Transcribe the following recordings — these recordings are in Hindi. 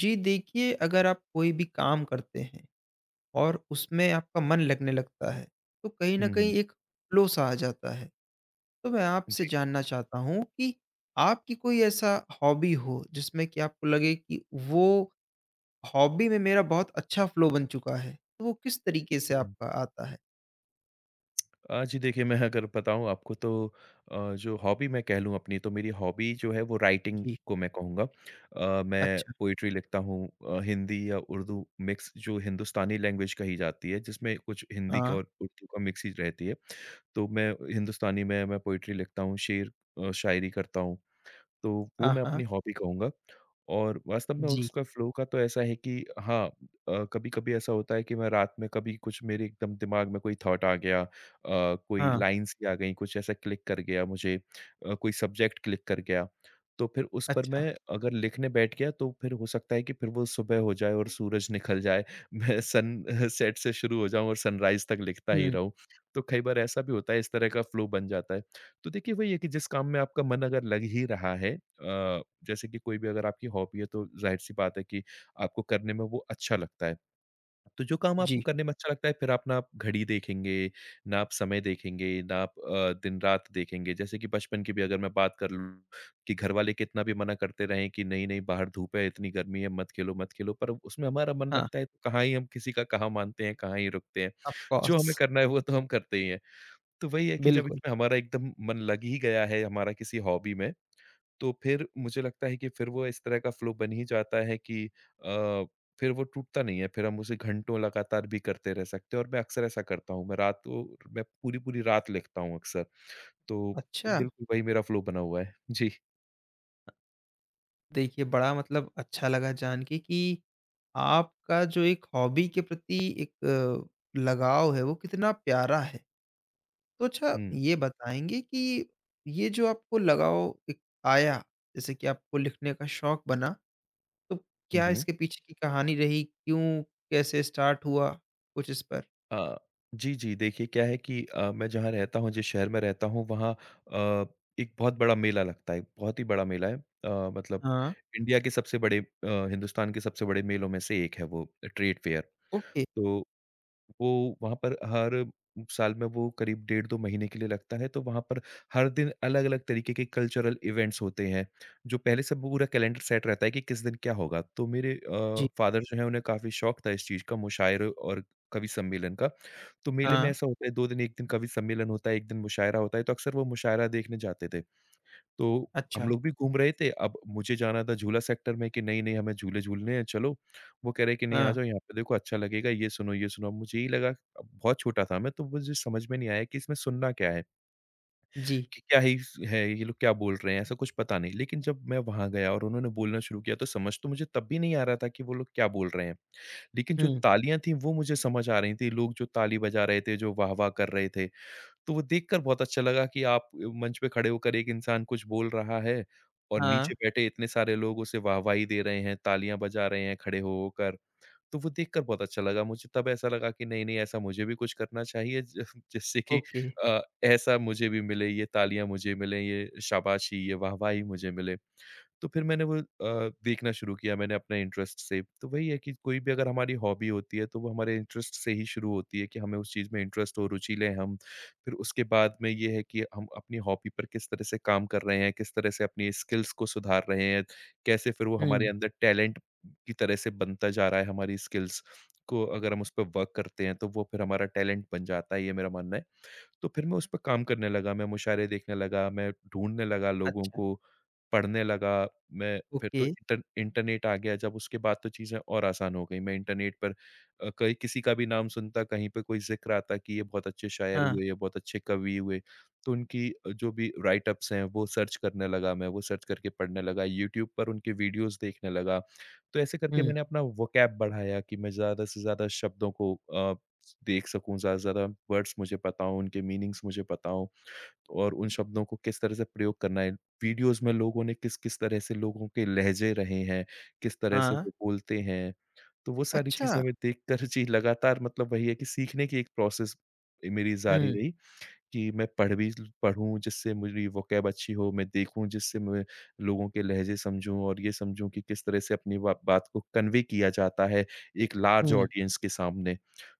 जी देखिए, अगर आप कोई भी काम करते हैं और उसमें आपका मन लगने लगता है, तो कहीं न हुँ, हुँ। कहीं एक फ़्लो सा आ जाता है। तो मैं आपसे जी। जानना चाहता हूँ कि आपकी कोई ऐसा हॉबी हो जिसमें कि आपको लगे कि वो हॉबी में मेरा बहुत अच्छा फ़्लो बन चुका है, तो वो किस तरीके से हुँ। आपका आता है? जी देखिए, मैं अगर बताऊँ आपको तो जो हॉबी मैं कह लूँ अपनी, तो मेरी हॉबी जो है वो राइटिंग जी, को मैं कहूँगा। मैं अच्छा, पोएट्री लिखता हूँ, हिंदी या उर्दू मिक्स जो हिंदुस्तानी लैंग्वेज कही जाती है, जिसमें कुछ हिंदी का हाँ, और उर्दू का मिक्स ही रहती है। तो मैं हिंदुस्तानी में मैं पोएट्री लिखता हूँ, शेर शायरी करता हूँ। तो वो हाँ, मैं हाँ, अपनी हॉबी कहूँगा। और वास्तव में जी, उसका फ़्लो का तो ऐसा है कि हाँ, कभी-कभी ऐसा होता है कि मैं रात में कभी कुछ मेरे एकदम दिमाग में कोई थॉट आ गया, कोई हाँ, लाइन्स ही आ गईं, कुछ ऐसा क्लिक कर गया मुझे, कोई सब्जेक्ट क्लिक कर गया। तो फिर उस पर अच्छा, मैं अगर लिखने बैठ गया तो फिर हो सकता है कि फिर वो सुबह हो जाए और सूरज निकल जाए। मैं सन सेट से शुरू हो जाऊँ और सनराइज़ तक लिखता ही हुँ, रहूँ। तो कई बार ऐसा भी होता है, इस तरह का फ़्लो बन जाता है। तो देखिए वही है कि जिस काम में आपका मन अगर लग ही रहा है, जैसे कि कोई भी अगर आपकी हॉबी है तो ज़ाहिर-सी बात है कि आपको करने में वो अच्छा लगता है। तो जो काम आपको जी, करने में अच्छा लगता है, फिर आप ना आप घड़ी देखेंगे, ना आप समय देखेंगे, ना आप दिन-रात देखेंगे। जैसे कि बचपन की भी अगर मैं बात कर लूँ कि घरवाले कितना भी मना करते रहें कि नहीं-नहीं बाहर धूप है, इतनी गर्मी है, मत खेलो, मत खेलो, पर उसमें हमारा मन हाँ, लगता है तो कहाँ ही हम किसी का कहाँ मानते हैं, कहाँ ही रुकते हैं। ऑफ़ जो हमें कोर्स, करना है वो तो हम करते ही हैं। तो वही है कि जब बिल्कुल, इसमें हमारा एकदम मन लग ही गया है हमारा किसी हॉबी में, तो फिर मुझे लगता है कि फिर वो इस तरह का फ्लो बन ही जाता है कि अ, फिर वो टूटता नहीं है, फिर हम उसे घंटों लगातार भी करते रह सकते हैं और मैं अक्सर ऐसा करता हूँ। मैं रात को मैं पूरी-पूरी रात लिखता हूँ अक्सर, तो अच्छा। बिल्कुल वही मेरा फ्लो बना हुआ है। जी। देखिए, बड़ा मतलब अच्छा लगा जान के कि आपका जो एक हॉबी के प्रति एक लगाव है, वो कितना प्यारा है। तो अच्छा हुँ। ये बताएँगे कि ये जो आपको लगाव एक आया, जैसे कि आपको लिखने का शौक बना, तो हुँ, क्या हुँ। इसके पीछे की कहानी रही? क्यों, कैसे स्टार्ट हुआ? कुछ इस पर? अ, जी, जी। देखिए क्या है कि मैं जहाँ रहता हूँ, जिस शहर में रहता हूँ वहाँ अ, एक बहुत बड़ा मेला लगता है, बहुत ही बड़ा मेला है। मतलब हाँ, इंडिया के सबसे बड़े हिंदुस्तान के सबसे बड़े मेलों में से एक है वो ट्रेड फेयर। ओके। तो वो वहाँ पर हर साल में वो करीब डेढ़ 2 महीने के लिए लगता है, तो वहाँ पर हर दिन अलग-अलग तरीके के कल्चरल इवेंट्स होते हैं, जो पहले से पूरा कैलेंडर सेट रहता है कि किस दिन क्या होगा। तो मेरे जी, फादर जो हैं उन्हें काफ़ी शौक था इस चीज़ का, मुशायरे और कवि सम्मेलन का। तो मेले में हाँ, ऐसा होता है 2 दिन, 1 दिन कवि सम्मेलन होता है, 1 दिन मुशायरा होता है, तो अक्सर वो मुशायरा देखने जाते थे। तो हम अच्छा, लोग भी घूम रहे थे, अब मुझे जाना था झूला सेक्टर में कि नहीं-नहीं हमें झूले झूलने हैं चलो। वो कह रहे कि नहीं आ हाँ, जाओ यहाँ पे देखो अच्छा लगेगा, ये सुनो, ये सुनो। अब मुझे यही लगा, अब बहुत छोटा था मैं तो मुझे समझ में नहीं आया कि इसमें सुनना क्या है? जी, कि क्या ही है ये लोग क्या बोल रहे हैं? ऐसा कुछ पता नहीं। लेकिन जब मैं वहाँ गया और उन्होंने बोलना शुरू किया तो समझ तो मुझे तब भी नहीं आ रहा था कि वो लोग क्या बोल रहे हैं। लेकिन जो हुँ, तालियाँ थी वो मुझे समझ आ रही थी, लोग जो ताली बजा रहे थे, जो वाह-वाह कर रहे थे। तो वो देखकर बहुत अच्छा लगा कि आप मंच पे खड़े होकर एक इंसान कुछ बोल रहा है और हाँ, नीचे बैठे इतने सारे लोग उसे वाहवाही दे रहे हैं, तालियाँ बजा रहे हैं खड़े हो होकर। तो वो देखकर बहुत अच्छा लगा मुझे, तब ऐसा लगा कि नहीं, नहीं ऐसा मुझे भी कुछ करना चाहिए ज जिससे कि ओके, ऐसा मुझे भी मिले, ये तालियाँ मुझे मिलें, ये शाबाशी, ये वाहवाही मुझे मिले। तो फिर मैंने वो देखना शुरू किया, मैंने अपने इंटरेस्ट से। तो वही है कि कोई भी अगर हमारी हॉबी होती है तो वो हमारे इंटरेस्ट से ही शुरू होती है कि हमें उस चीज़ में इंटरेस्ट हो, रुचि लें हम। फिर उसके बाद में ये है कि हम अपनी हॉबी पर किस तरह से काम कर रहे हैं, किस तरह से अपनी स्किल्स को सुधार रहे हैं, कैसे फिर वो हुँ, हमारे अंदर टैलेंट की तरह से बनता जा रहा है, हमारी स्किल्स को अगर हम उस पे वर्क करते हैं तो वो फिर हमारा टैलेंट बन जाता है, ये मेरा मानना है। तो फिर मैं उस पे काम करने लगा, मैं मुशायरे देखने लगा, मैं ढूँढने लगा लोगों अच्छा, को, पढ़ने लगा, मैं फिर ओके, तो इंटरनेट आ गया जब उसके बाद तो चीज़ें और आसान हो गई। मैं इंटरनेट पर कहीं किसी का भी नाम सुनता, कहीं पे कोई ज़िक्र आता कि ये बहुत अच्छे शायर हाँ, हुए, ये बहुत अच्छे कवि हुए, तो उनकी जो भी राइट-अप्स हैं वो सर्च करने लगा मैं, वो सर्च करके पढ़ने लगा, यूट्यूब पर उनके वीडियोज़ देखने लगा। तो ऐसे करके हुँ, मैंने अपना वोकैब बढ़ाया कि मैं ज़्यादा से ज़्यादा शब्दों को देख सकूँ, ज़्यादा से ज़्यादा वर्ड्स मुझे पता हों, उनके मीनिंग्स मुझे पता हों और उन शब्दों को किस तरह से प्रयोग करना है। वीडियोज़ में लोगों ने किस-किस तरह से लोगों के लहज़े रहे हैं, किस तरह से हाँ। वो बोलते हैं, तो वो सारी चीज़ें अच्छा! मैं देखकर जी लगातार, मतलब वही है कि सीखने की एक प्रोसेस मेरी जारी हुँ, रही कि मैं पढ़ भी पढ़ूँ जिससे मेरी वोकैब अच्छी हो, मैं देखूँ जिससे मैं लोगों के लहज़े समझूँ और ये समझूँ कि किस तरह से अपनी वा बात को कन्वे किया जाता है एक लार्ज हुँ। ऑडियंस के सामने।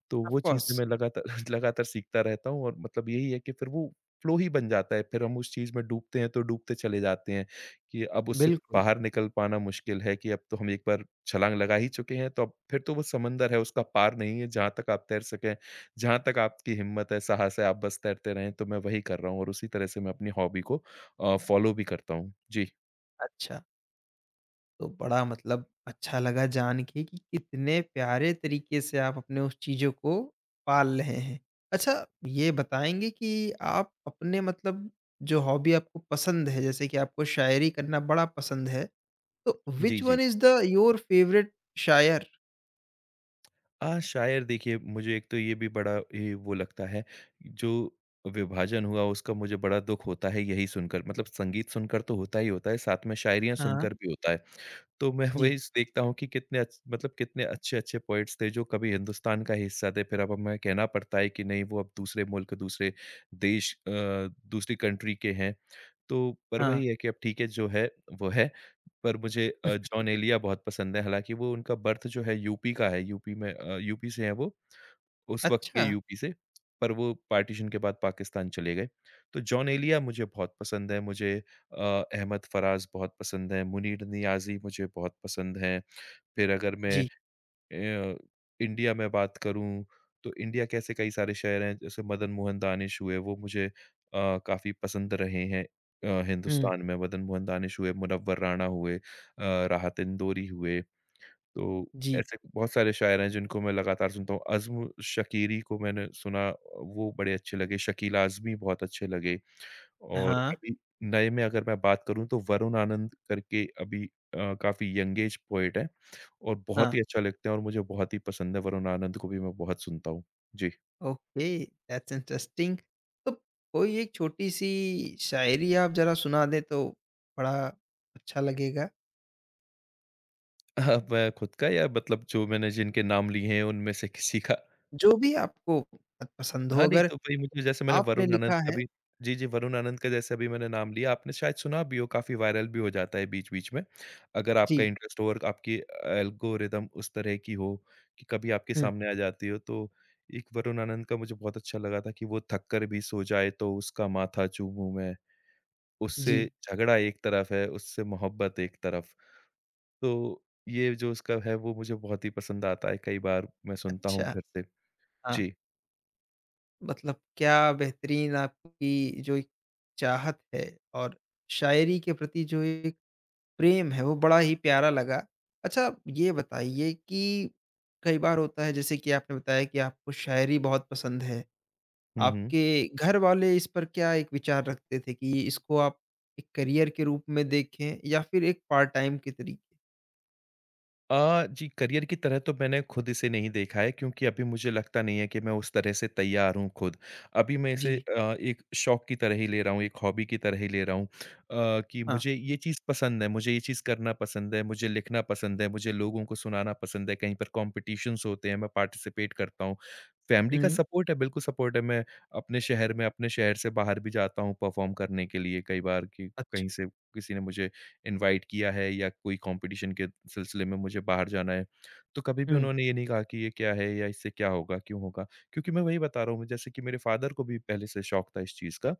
तो ऑफ़ वो चीज़ें कोर्स, मैं लगातार लगातार सीखता रहता हूँ और मतलब यही है कि फिर वो फ़्लो ही बन जाता है, फिर हम उस चीज़ में डूबते हैं, तो डूबते चले जाते हैं कि अब उससे बिल्कुल, बाहर निकल पाना मुश्किल है कि अब तो हम एक बार छलाँग लगा ही चुके हैं, तो अब फिर तो वो समंदर है, उसका पार नहीं है, जहाँ तक आप तैर सकें, जहाँ तक आपकी हिम्मत है, साहस है, आप बस तैरते रहें, तो मैं वही कर रहा हूँ और उसी तरह से मैं अपनी हॉबी को फ़ॉलो भी करता हूँ। जी। अच्छा। तो बड़ा मतलब अच्छा लगा जान के कि कितने प्यारे तरीके से आप अपने उस चीज़ों को पाल रहे हैं। अच्छा, ये बताएँगे कि आप अपने मतलब जो हॉबी आपको पसंद है, जैसे कि आपको शायरी करना बड़ा पसंद है, तो जी, व्हिच जी। One is the your favourite शायर? शायर देखिए मुझे एक तो ये भी बड़ा ये वो लगता है जो विभाजन हुआ उसका मुझे बड़ा दुख होता है, यही सुनकर मतलब संगीत सुनकर तो होता ही होता है, साथ में शायरियां हाँ। सुनकर भी होता है। तो मैं जी, वही देखता हूँ कि मतलब कितने अच्छे अच्छे पोइट्स थे जो कभी हिंदुस्तान का हिस्सा थे, फिर अब हमें कहना पड़ता है कि नहीं वो अब दूसरे मुल्क दूसरे देश, दूसरी कंट्री के हैं। तो पर हाँ। वही है कि अब ठीक है जो है वो है, पर मुझे हुँ। जॉन एलिया बहुत पसंद है। हालाँकि वो उनका बर्थ जो है यूपी का है, यूपी में यूपी से हैं वो, उस वक़्त के अच्छा, यूपी से, पर वो पार्टीशन के बाद पाकिस्तान चले गए। तो जॉन एलिया मुझे बहुत पसंद है, मुझे अहमद फराज बहुत पसंद है, मुनीर नियाज़ी मुझे बहुत पसंद हैं। फिर अगर मैं जी। अ, इंडिया में बात करूँ तो इंडिया के ऐसे कई सारे शायर हैं, जैसे मदन मोहन दानिश हुए, वो मुझे काफ़ी पसंद रहे हैं। हुँ। हिंदुस्तान में मदन मोहन दानिश हुए, मुनव्वर राणा हुए, राहत इंदौरी हुए। तो जी, ऐसे बहुत सारे शायर हैं जिनको मैं लगातार सुनता हूँ। अज़्म शकीरी को मैंने सुना, वो बड़े अच्छे लगे, शकील आज़मी बहुत अच्छे लगे। और हाँ, अभी नए में अगर मैं बात करूँ तो वरुण आनंद करके अभी काफ़ी यंग एज पोएट हैं और बहुत हाँ। ही अच्छा लिखते हैं और मुझे बहुत ही पसंद है। वरुण आनंद को भी मैं बहुत सुनता हूँ। जी। Okay that's interesting. तो कोई एक छोटी सी शायरी आप जरा सुना दें तो बड़ा अच्छा लगेगा। अब खुद का या मतलब जो मैंने जिनके नाम लिए हैं उनमें से किसी का? जो भी आपको पसंद हो हाँ, नहीं अगर तो भाई मुझे जैसे मैंने आपने वरुण आनंद लिखा का है। भी जी, जी, वरुण आनंद का जैसे अभी मैंने नाम लिया, आपने शायद सुना भी हो, काफ़ी वायरल भी हो जाता है बीच-बीच में। अगर आपका जी। इंटरेस्ट हो और आपकी एल्गोरिदम उस तरह की हो कि कभी आपके हम्म, सामने आ जाती हो, तो एक वरुण आनंद का मुझे बहुत अच्छा लगा था कि वो थक कर भी सो जाए तो उसका माथा चूमूँ मैं, उससे जी। झगड़ा एक तरफ है, उससे मोहब्बत एक तरफ। तो ये जो उसका है, वो मुझे बहुत ही पसंद आता है, कई बार मैं सुनता हूँ अच्छा, घर से। हाँ। जी। मतलब क्या बेहतरीन आपकी जो एक चाहत है और शायरी के प्रति जो एक प्रेम है, वो बड़ा ही प्यारा लगा। अच्छा, ये बताइए कि कई बार होता है जैसे कि आपने बताया कि आपको शायरी बहुत पसंद है। हुँ, हुँ। आपके घर वाले इस पर क्या एक विचार रखते थे कि इसको आप एक करियर के रूप में देखें या फिर एक पार्ट टाइम के तरीके? जी, करियर की तरह तो मैंने खुद इसे नहीं देखा है क्योंकि अभी मुझे लगता नहीं है कि मैं उस तरह से तैयार हूँ खुद। अभी मैं इसे जी, एक शौक की तरह ही ले रहा हूँ, एक हॉबी की तरह ही ले रहा हूँ कि हाँ। मुझे ये चीज़ पसंद है, मुझे ये चीज़ करना पसंद है, मुझे लिखना पसंद है, मुझे लोगों को सुनाना पसंद है, कहीं पर कॉम्पिटिशन्स होते हैं, मैं पार्टिसिपेट करता हूँ। फैमिली का हुँ। सपोर्ट है, बिल्कुल सपोर्ट है, मैं अपने शहर में अपने शहर से बाहर भी जाता हूँ परफ़ॉर्म करने के लिए कई बार कि अच्छा। कहीं से किसी ने मुझे इनवाइट किया है या कोई कॉम्पिटिशन के सिलसिले में मुझे बाहर जाना है, तो कभी भी हुँ। उन्होंने ये नहीं कहा कि ये क्या है या इससे क्या होगा, क्यों होगा? क्योंकि मैं वही बता रहा हूँ जैसे कि मेरे फ़ादर को भी पहले से शौक था इस चीज़ का।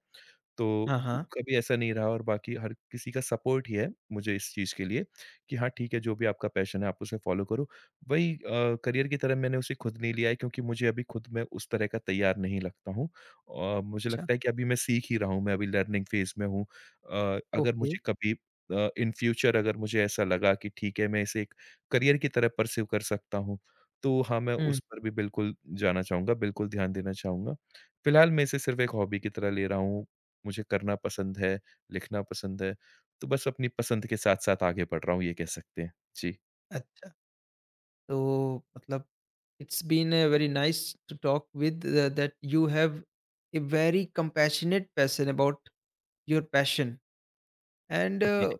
तो हाँ, हाँ। कभी ऐसा नहीं रहा और बाकी हर किसी का सपोर्ट ही है मुझे इस चीज़ के लिए कि हाँ ठीक है, जो भी आपका पैशन है आप उसे फ़ॉलो करो। वही करियर की तरह मैंने उसे खुद नहीं लिया है क्योंकि मुझे अभी खुद में उस तरह का तैयार नहीं लगता हूँ। मुझे अच्छा, लगता है कि अभी मैं सीख ही रहा हूँ, मैं अभी लर्निंग फ़ेज़ में हूँ। अगर ओके। मुझे कभी इन फ्यूचर अगर मुझे ऐसा लगा कि ठीक है, मैं इसे एक करियर की तरह परसीव कर सकता हूँ, तो हाँ, मैं हुँ। उस पर भी बिल्कुल जाना चाहूँगा, बिल्कुल ध्यान देना चाहूँगा। फ़िलहाल मैं इसे सिर्फ़ एक हॉबी की तरह ले रहा हूँ। मुझे करना पसंद है, लिखना पसंद है। तो बस अपनी पसंद के साथ-साथ आगे बढ़ रहा हूँ, ये कह सकते हैं। जी। अच्छा, तो मतलब it's been a very nice to talk with that you have a very compassionate person about your passion and जी, जी।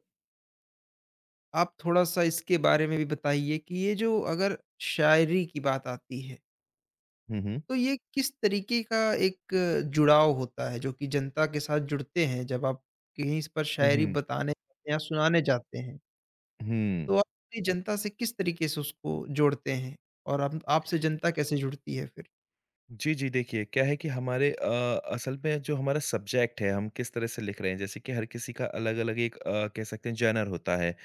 आप थोड़ा-सा इसके बारे में भी बताइए कि ये जो अगर शायरी की बात आती है, हुँ, हुँ। तो ये किस तरीके का एक जुड़ाव होता है जो कि जनता के साथ जुड़ते हैं जब आप कहीं इस पर हुँ, शायरी हुँ। बताने जाते हैं या सुनाने जाते हैं। तो हुँ। आप अपनी जनता से किस तरीके से उसको जोड़ते हैं और आप आपसे जनता कैसे जुड़ती है फिर? जी, जी। देखिए, क्या है कि हमारे असल में जो हमारा सब्जेक्ट है, हम किस तरह से लिख रहे हैं, जैसे कि हर किसी का अलग-अलग एक कह सकते हैं जॉनर होता है।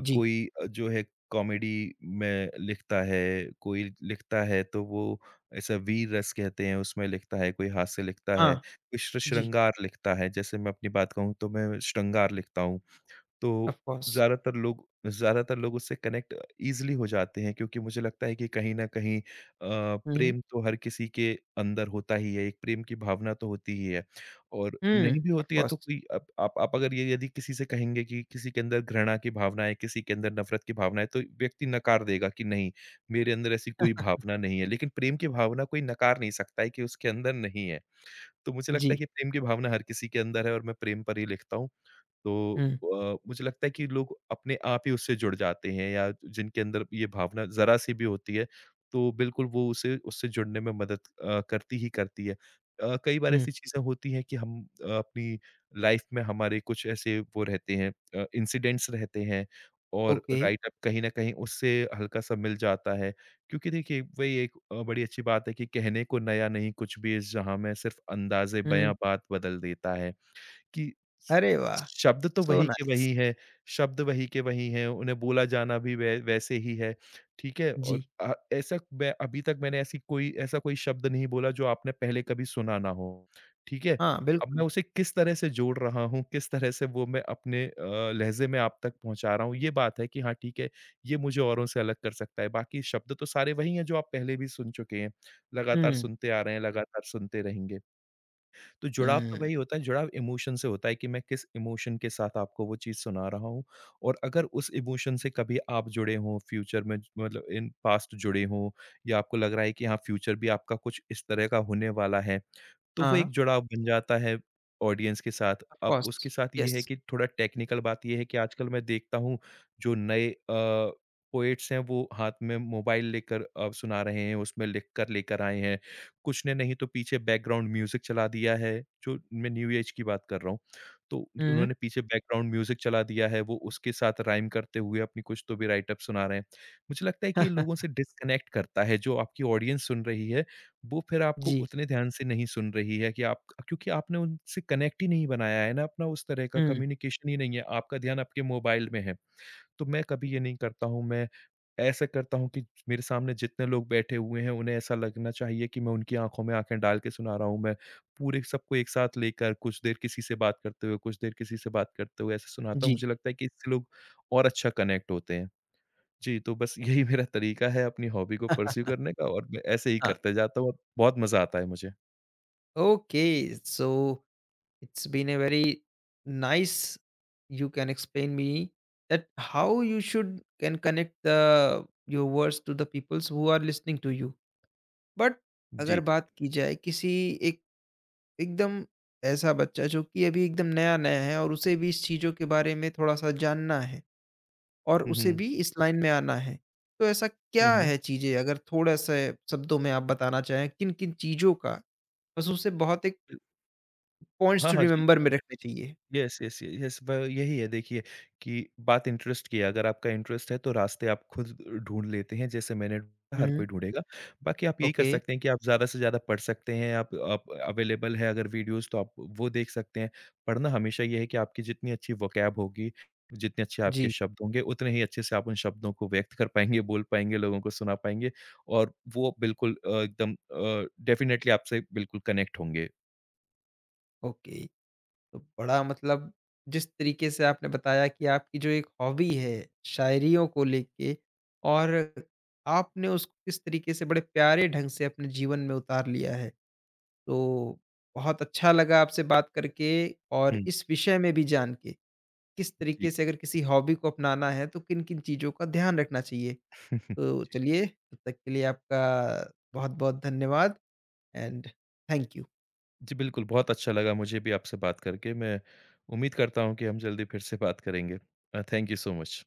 जी। कोई जो है कॉमेडी में लिखता है, कोई लिखता है तो वो ऐसा वीर रस कहते हैं, उसमें लिखता है, कोई हास्य लिखता हाँ, है, कोई श्र जी, श्रृंगार लिखता है। जैसे मैं अपनी बात कहूँ तो मैं श्रृंगार लिखता हूँ। ऑफ़ तो कोर्स। ज़्यादातर लोग उससे कनेक्ट ईज़िली हो जाते हैं क्योंकि मुझे लगता है कि कहीं न कहीं हुँ, प्रेम तो हर किसी के अंदर होता ही है, एक प्रेम की भावना तो होती ही है और हुँ, नहीं भी ऑफ़ होती है तो कोर्स। कोई आप अगर ये यदि किसी से कहेंगे कि किसी के अंदर घृणा की भावना है, किसी के अंदर नफ़रत की भावना है, तो व्यक्ति नकार देगा कि नहीं, मेरे अंदर ऐसी कोई भावना नहीं है। लेकिन प्रेम की भावना कोई नकार नहीं सकता है कि उसके अंदर नहीं है। तो मुझे लगता है जी, कि प्रेम की भावना हर किसी के अंदर है और मैं प्रेम पर ही लिखता हूँ। तो हुँ, मुझे लगता है कि लोग अपने आप ही उससे जुड़ जाते हैं या जिनके अंदर ये भावना ज़रा-सी भी होती है, तो बिल्कुल वो उसे उससे जुड़ने में मदद करती ही करती है। कई बार हुँ, ऐसी चीज़ें होती हैं कि हम अपनी लाइफ में हमारे कुछ ऐसे वो रहते हैं इंसिडेंट्स रहते हैं और ओके, राइट अप कहीं न कहीं उससे हल्का-सा मिल जाता है। क्योंकि देखिए वही एक बड़ी अच्छी बात है कि कहने को नया नहीं कुछ भी इस जहाँ में सिर्फ़ अंदाज़े हुँ, बयाँ बात बदल देता है। कि स अरे वाह! शब्द तो सो वही के नाइस। वही हैं, शब्द वही के वही हैं, उन्हें बोला जाना भी वै वैसे ही है, ठीक है? और जी, ऐसा मैं अभी तक मैंने ऐसी कोई ऐसा कोई शब्द नहीं बोला जो आपने पहले कभी सुना ना हो, ठीक है? हाँ, अब बिल्कुल। मैं उसे किस तरह से जोड़ रहा हूँ, किस तरह से वो मैं अपने लहज़े में आप तक पहुँचा रहा हूँ, ये बात है कि हाँ, ठीक है, ये मुझे औरों से अलग कर सकता है, बाकी शब्द तो सारे वही हैं जो आप पहले भी सुन चुके हैं, लगातार हुँ, सुनते आ रहे हैं, लगातार सुनते रहेंगे। तो जुड़ाव तो हुँ, वही होता है, जुड़ाव इमोशन से होता है कि मैं किस इमोशन के साथ आपको वो चीज़ सुना रहा हूँ और अगर उस इमोशन से कभी आप जुड़े हों फ्यूचर में मतलब इन पास्ट जुड़े हों या आपको लग रहा है कि हाँ, फ्यूचर भी आपका कुछ इस तरह का होने वाला है। तो वो हाँ, एक जुड़ाव बन जाता है ऑडियंस के साथ। ऑफ़ अब उसके कोर्स, साथ ये यस। है कि थोड़ा टेक्निकल बात ये है कि आजकल मैं देखता हूँ जो नए पोएट्स हैं वो हाथ में मोबाइल लेकर सुना रहे हैं, उसमें लिख कर लेकर आए हैं। कुछ ने नहीं तो पीछे बैकग्राउंड म्यूज़िक चला दिया है, जो मैं न्यू एज की बात कर रहा हूँ। तो हुँ। उन्होंने पीछे बैकग्राउंड म्यूज़िक चला दिया है, वो उसके साथ राइम करते हुए अपनी कुछ तो भी राइट अप सुना रहे हैं। मुझे लगता है कि ये लोगों से डिस्कनेक्ट करता है, जो आपकी ऑडियंस सुन रही है वो फिर आपको जी, उतने ध्यान से नहीं सुन रही है कि आप क्योंकि आपने उनसे कनेक्ट ही नहीं बनाया है ना अपना उस तरह का हुँ। कम्युनिकेशन ही नहीं है, आपका ध्यान आपके मोबाइल में है। तो मैं कभी ये नहीं करता हूँ, मैं ऐसा करता हूँ कि मेरे सामने जितने लोग बैठे हुए हैं, उन्हें ऐसा लगना चाहिए कि मैं उनकी आँखों में आँखें डाल के सुना रहा हूँ। मैं पूरे सबको एक साथ लेकर कुछ देर किसी से बात करते हुए, कुछ देर किसी से बात करते हुए ऐसे सुनाता हूँ। जी। मुझे लगता है कि इससे लोग और अच्छा कनेक्ट होते हैं। जी, तो बस यही मेरा तरीका है अपनी हॉबी को परस्यू करने का और मैं ऐसे ही हाँ, करते जाता हूँ और बहुत मज़ा आता है मुझे। okay, so it's been a very nice, you can explain me that how you should can connect the your words to the peoples who are listening to you. But अगर जी। बात की जाए किसी एक एकदम ऐसा बच्चा जो कि अभी एकदम नया-नया है और उसे भी इस चीज़ों के बारे में थोड़ा-सा जानना है और हुँ, उसे हुँ। भी इस लाइन में आना है, तो ऐसा हुँ, क्या हुँ। है चीज़ें अगर थोड़ा-सा शब्दों में आप बताना चाहें किन-किन चीज़ों का, बस उसे बहुत एक पॉइंट्स हाँ, टू हाँ, जी। रिमेंबर में रखने चाहिए। यस, यस, य यस ब यही है देखिए कि बात इंटरेस्ट की है, अगर आपका इंटरेस्ट है तो रास्ते आप खुद ढूँढ लेते हैं, जैसे मैंने ढूंढा, हर हुँ, कोई ढूँढेगा। बाकी आप यही कर ओके। सकते हैं कि आप ज़्यादा से ज़्यादा पढ़ सकते हैं, आप अवेलेबल है अगर वीडियोज़ तो आप वो देख सकते हैं। पढ़ना हमेशा ये है कि आपकी जितनी अच्छी वोकैब होगी, जितने अच्छे आपके जी। शब्द होंगे, उतने ही अच्छे से आप उन शब्दों को व्यक्त कर पाएँगे, बोल पाएँगे, लोगों को सुना पाएँगे और वो बिल्कुल एकदम डेफ़िनेटली आपसे बिल्कुल कनेक्ट होंगे। ओके, तो बड़ा मतलब जिस तरीके से आपने बताया कि आपकी जो एक हॉबी है, शायरियों को लेके और आपने उसको किस तरीके से बड़े प्यारे ढंग से अपने जीवन में उतार लिया है। तो बहुत अच्छा लगा आपसे बात करके और हुँ, इस विषय में भी जान के, किस जी। तरीके से अगर किसी हॉबी को अपनाना है, तो किन-किन चीज़ों का ध्यान रखना चाहिए। तो चलिए, तब तक के लिए आपका बहुत-बहुत धन्यवाद। And thank you. जी, बिल्कुल, बहुत अच्छा लगा मुझे भी आपसे बात करके। मैं उम्मीद करता हूँ कि हम जल्दी फिर से बात करेंगे। Thank you so much.